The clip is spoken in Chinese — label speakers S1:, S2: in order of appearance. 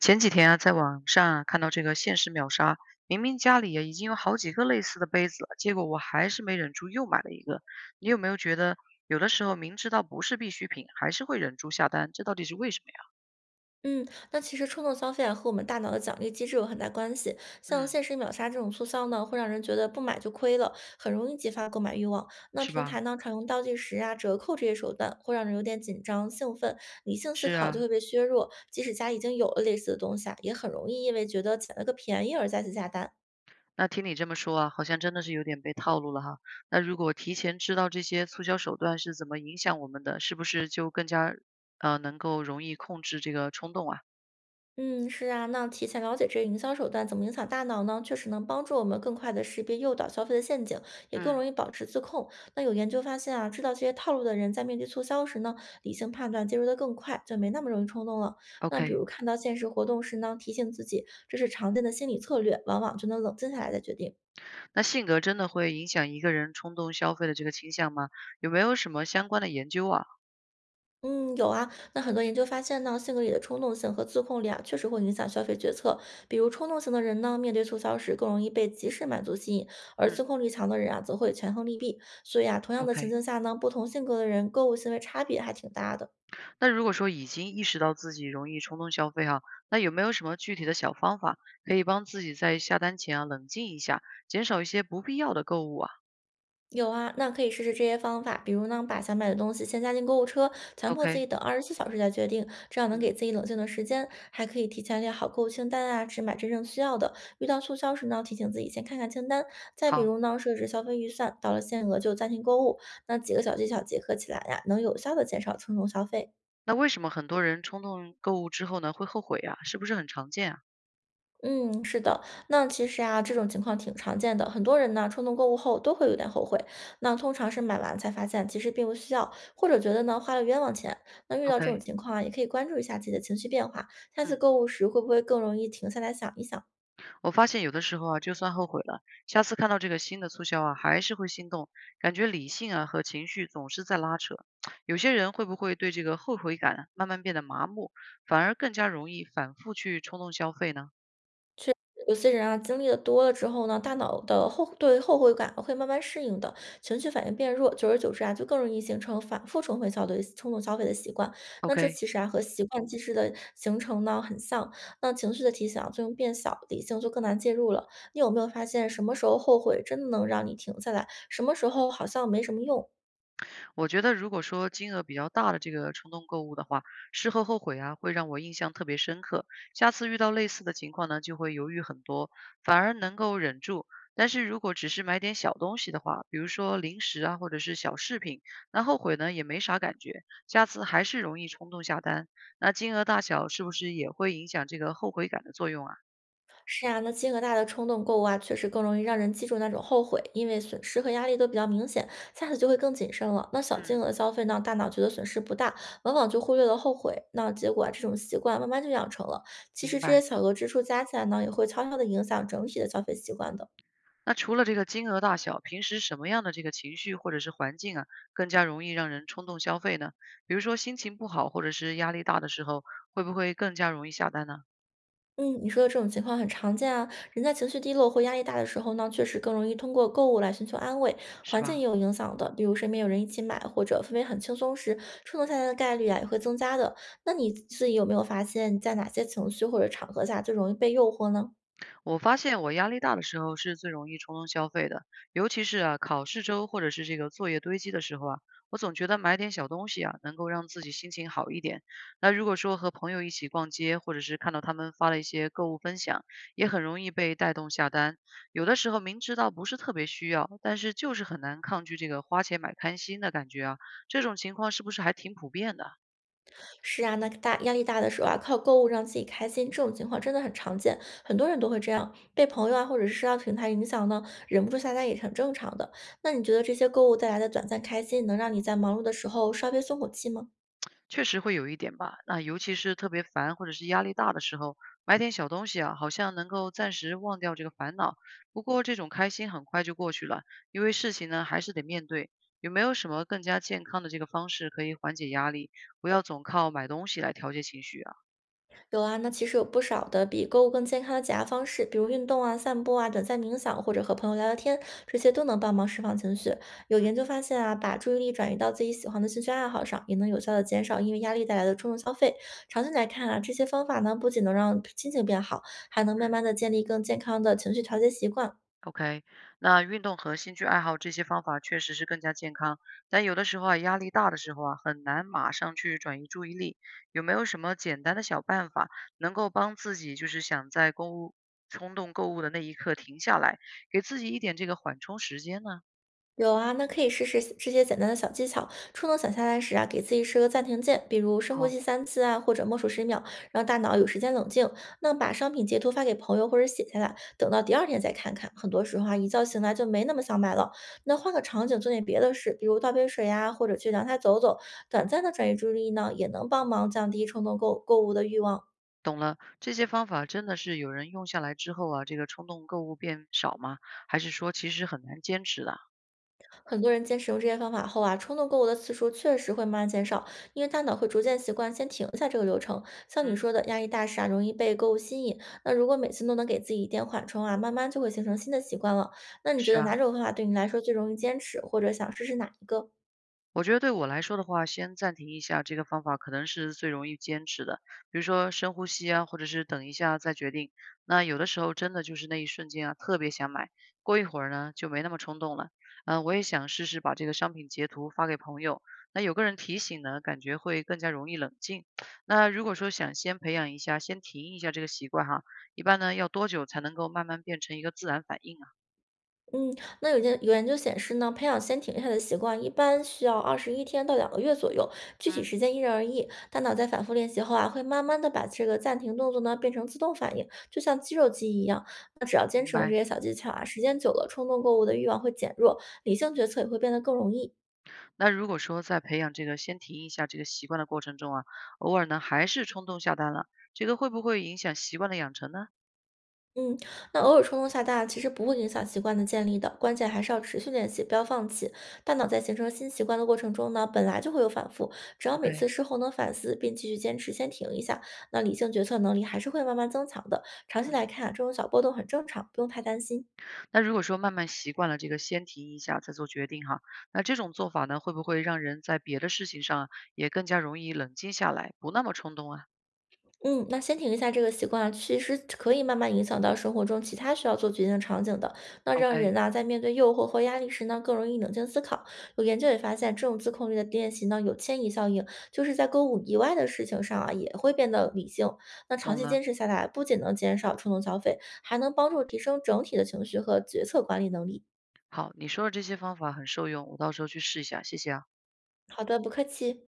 S1: 前几天啊，在网上啊看到这个限时秒杀，明明家里啊已经有好几个类似的杯子了，结果我还是没忍住又买了一个。你有没有觉得有的时候明知道不是必需品，还是会忍住下单，这到底是为什么呀？
S2: 嗯，那其实冲动消费啊和我们大脑的奖励机制有很大关系。像
S1: 嗯，
S2: 限时秒杀这种促销呢，会让人觉得不买就亏了，很容易激发购买欲望。那
S1: 是
S2: 平
S1: 吧？
S2: 台呢，常用倒计时啊、折扣这些手段，会让人有点紧张、兴奋，理性思
S1: 是
S2: 考就
S1: 啊，
S2: 会被削弱。即使家已经有了类似的东西啊，也很容易因为觉得捡了个便宜而再次下单。
S1: 那听你这么说啊，好像真的是有点被套路了哈。那如果提前知道这些促销手段是怎么影响我们的，是不是就更加能够容易控制这个冲动啊？
S2: 嗯，是啊，那提前了解这些营销手段怎么影响大脑呢？确实能帮助我们更快的识别诱导消费的陷阱，也更
S1: 嗯
S2: 容易保持自控。那有研究发现啊，知道这些套路的人在面对促销时呢，理性判断介入的更快，就没那么容易冲动了。那比
S1: ，OK。
S2: 如看到限时活动时呢，提醒自己这是常见的心理策略，往往就能冷静下来再决定。
S1: 那性格真的会影响一个人冲动消费的这个倾向吗？有没有什么相关的研究啊？
S2: 嗯，有啊。那很多研究发现呢，性格里的冲动性和自控力啊，确实会影响消费决策。比如冲动型的人呢，面对促销时更容易被及时满足吸引，而
S1: 嗯
S2: 自控力强的人啊，则会权衡利弊。所以啊，同样的情
S1: ，OK。
S2: 境下呢，不同性格的人购物行为差别还挺大的。
S1: 那如果说已经意识到自己容易冲动消费哈，那有没有什么具体的小方法可以帮自己在下单前啊冷静一下，减少一些不必要的购物啊
S2: 有啊，那可以试试这些方法，比如呢，把想买的东西先加进购物车，强迫自己
S1: ？OK，
S2: 等24小时再决定，这样能
S1: 嗯，
S2: 给自己冷静的时间。还可以提前列好购物清单啊，只买真正需要的。遇到促销时呢，提醒自己先看看清单。再比
S1: 好。
S2: 如呢，设置消费预算，到了限额就暂停购物。那几个小技巧结合起来呀、能有效的减少冲动消费。
S1: 那为什么很多人冲动购物之后呢会后悔啊？是不是很常见啊
S2: 嗯，是的，那其实啊，这种情况挺常见的。很多人呢，冲动购物后都会有点后悔。那通常是买完才发现其实并不需要，或者觉得呢花了冤枉钱。那遇到这种
S1: ？OK，
S2: 情况啊，也可以关注一下自己的情绪变化，下
S1: 嗯。
S2: 次购物时会不会更容易停下来想一想。
S1: 我发现有的时候啊，就算后悔了，下次看到这个新的促销啊，还是会心动，感觉理性啊和情绪总是在拉扯。有些人会不会对这个后悔感啊慢慢变得麻木，反而更加容易反复去冲动消费呢
S2: 有些人啊，经历的多了之后呢，大脑的后悔感会慢慢适应的，情绪反应变弱，久而久之啊，就更容易形成反复重回消费、冲动消费的习惯。那这
S1: ？OK，
S2: 其实啊，和习惯机制的形成呢很像。那情绪的提醒啊作用变小，理性就更难介入了。你有没有发现，什么时候后悔真的能让你停下来？什么时候好像没什么用？
S1: 我觉得如果说金额比较大的这个冲动购物的话，事后后悔啊，会让我印象特别深刻。下次遇到类似的情况呢，就会犹豫很多，反而能够忍住。但是如果只是买点小东西的话，比如说零食啊，或者是小饰品，那后悔呢也没啥感觉，下次还是容易冲动下单。那金额大小是不是也会影响这个后悔感的作用啊？
S2: 是啊，那金额大的冲动购物啊，确实更容易让人记住那种后悔，因为损失和压力都比较明显，下次就会更谨慎了。那小金
S1: 嗯，
S2: 额的消费呢，大脑觉得损失不大，往往就忽略了后悔。那结果啊，这种习惯慢慢就养成了。其实
S1: 明
S2: 这些
S1: 白。
S2: 小额支出加起来呢，也会悄悄的影响整体的消费习惯的。
S1: 那除了这个金额大小，平时什么样的这个情绪或者是环境啊，更加容易让人冲动消费呢？比如说心情不好或者是压力大的时候，会不会更加容易下单呢？
S2: 嗯，你说的这种情况很常见啊。人在情绪低落或压力大的时候呢，确实更容易通过购物来寻求安慰。
S1: 是
S2: 环境也
S1: 吧？
S2: 有影响的，比如身边有人一起买，或者氛围很轻松时，冲动下单的概率啊也会增加的。那你自己有没有发现，你在哪些情绪或者场合下最容易被诱惑呢？
S1: 我发现我压力大的时候是最容易冲动消费的，尤其是啊考试周或者是这个作业堆积的时候啊，我总觉得买点小东西啊能够让自己心情好一点。那如果说和朋友一起逛街，或者是看到他们发了一些购物分享，也很容易被带动下单。有的时候明知道不是特别需要，但是就是很难抗拒这个花钱买开心的感觉啊。这种情况是不是还挺普遍的？
S2: 是啊，那大压力大的时候啊，靠购物让自己开心，这种情况真的很常见，很多人都会这样。被朋友啊或者是社交平台影响呢，忍不住下单也是很正常的。那你觉得这些购物带来的短暂开心，能让你在忙碌的时候稍微松口气吗？
S1: 确实会有一点吧，那尤其是特别烦或者是压力大的时候，买点小东西啊，好像能够暂时忘掉这个烦恼。不过这种开心很快就过去了，因为事情呢还是得面对。有没有什么更加健康的这个方式可以缓解压力，不要总靠买东西来调节情绪啊？
S2: 有啊，那其实有不少的比购物更健康的减压方式，比如运动啊、散步啊、短暂冥想，或者和朋友聊聊天，这些都能帮忙释放情绪。有
S1: 嗯
S2: 研究发现啊，把注意力转移到自己喜欢的兴趣爱好上，也能有效的减少因为压力带来的冲动消费。长期来看啊，这些方法呢，不仅能让心情变好，还能慢
S1: 嗯。
S2: 慢的建立更健康的情绪调节习惯。
S1: OK，那运动和兴趣爱好这些方法确实是更加健康，但有的时候啊，压力大的时候啊，很难马上去转移注意力。有没有什么简单的小办法，能够帮自己就是想在购物冲动购物的那一刻停下来，给自己一点这个缓冲时间呢？
S2: 有啊，那可以试试这些简单的小技巧。冲动想下来时啊，给自己设个暂停键，比如深呼
S1: 好，
S2: 吸三次啊，或者默数10秒，让大脑有时间冷静。那把商品截图发给朋友或者写下来，等到第二天再看看。很多时候啊，一觉醒来就没那么想买了。那换个场景做点别的事，比如倒杯水呀、或者去阳台走走，短暂的转移注意力呢，也能帮忙降低冲动购物的欲望。
S1: 懂了，这些方法真的是有人用下来之后啊，这个冲动购物变少吗？还是说其实很难坚持的？
S2: 很多人坚持用这些方法后啊，冲动购物的次数确实会慢慢减少，因为大脑会逐渐习惯先停下这个流程。像你
S1: 嗯，
S2: 说的，压力大时啊，容易被购物吸引。那如果每次都能给自己一点缓冲啊，慢慢就会形成新的习惯了。那你觉
S1: 是
S2: 得哪
S1: 啊。
S2: 种方法对你来说最容易坚持，或者想试试哪一个？
S1: 我觉得对我来说的话，先暂停一下这个方法可能是最容易坚持的。比如说深呼吸啊，或者是等一下再决定。那有的时候真的就是那一瞬间啊，特别想买，过一会儿呢就没那么冲动了。嗯、我也想试试把这个商品截图发给朋友，那有个人提醒呢，感觉会更加容易冷静。那如果说想先培养一下，先停一下这个习惯哈，一般呢要多久才能够慢慢变成一个自然反应啊？
S2: 嗯，那有研究显示呢，培养先停下的习惯一般需要21天到2个月左右，具
S1: 嗯，
S2: 体时间因人而异。大脑在反复练习后啊，会慢慢的把这个暂停动作呢变成自动反应，就像肌肉记忆一样。那只要坚
S1: 明
S2: 持用这
S1: 白。
S2: 些小技巧啊，时间久了，冲动购物的欲望会减弱，理性决策也会变得更容易。
S1: 那如果说在培养这个先停一下这个习惯的过程中啊，偶尔呢还是冲动下单了，这个会不会影响习惯的养成呢
S2: 嗯，那偶尔冲动下大，其实不会影响习惯的建立的，关键还是要持续练习，不要放弃。大脑在形成新习惯的过程中呢，本来就会有反复，只要每次
S1: ？OK，
S2: 事后能反思并继续坚持，先停一下，那理性决策能力还是会慢慢增强的。长期来
S1: 嗯，
S2: 看啊，这种小波动很正常，不用太担心。
S1: 那如果说慢慢习惯了这个先停一下再做决定哈，那这种做法呢会不会让人在别的事情上啊也更加容易冷静下来，不那么冲动啊
S2: 嗯，那先停一下这个习惯啊，其实可以慢慢影响到生活中其他需要做决定的场景的。那让人
S1: ？OK，
S2: 呐、在面对诱惑或压力时呢，更容易冷静思考。有研究也发现，这种自控力的练习呢，有迁移效应，就是在购物以外的事情上啊，也会变得理性。那长
S1: 懂
S2: 期坚
S1: 了。
S2: 持下来，不仅能减少冲动消费，还能帮助提升整体的情绪和决策管理能力。
S1: 好，你说的这些方法很受用，我到时候去试一下，谢谢啊。
S2: 好的，不客气。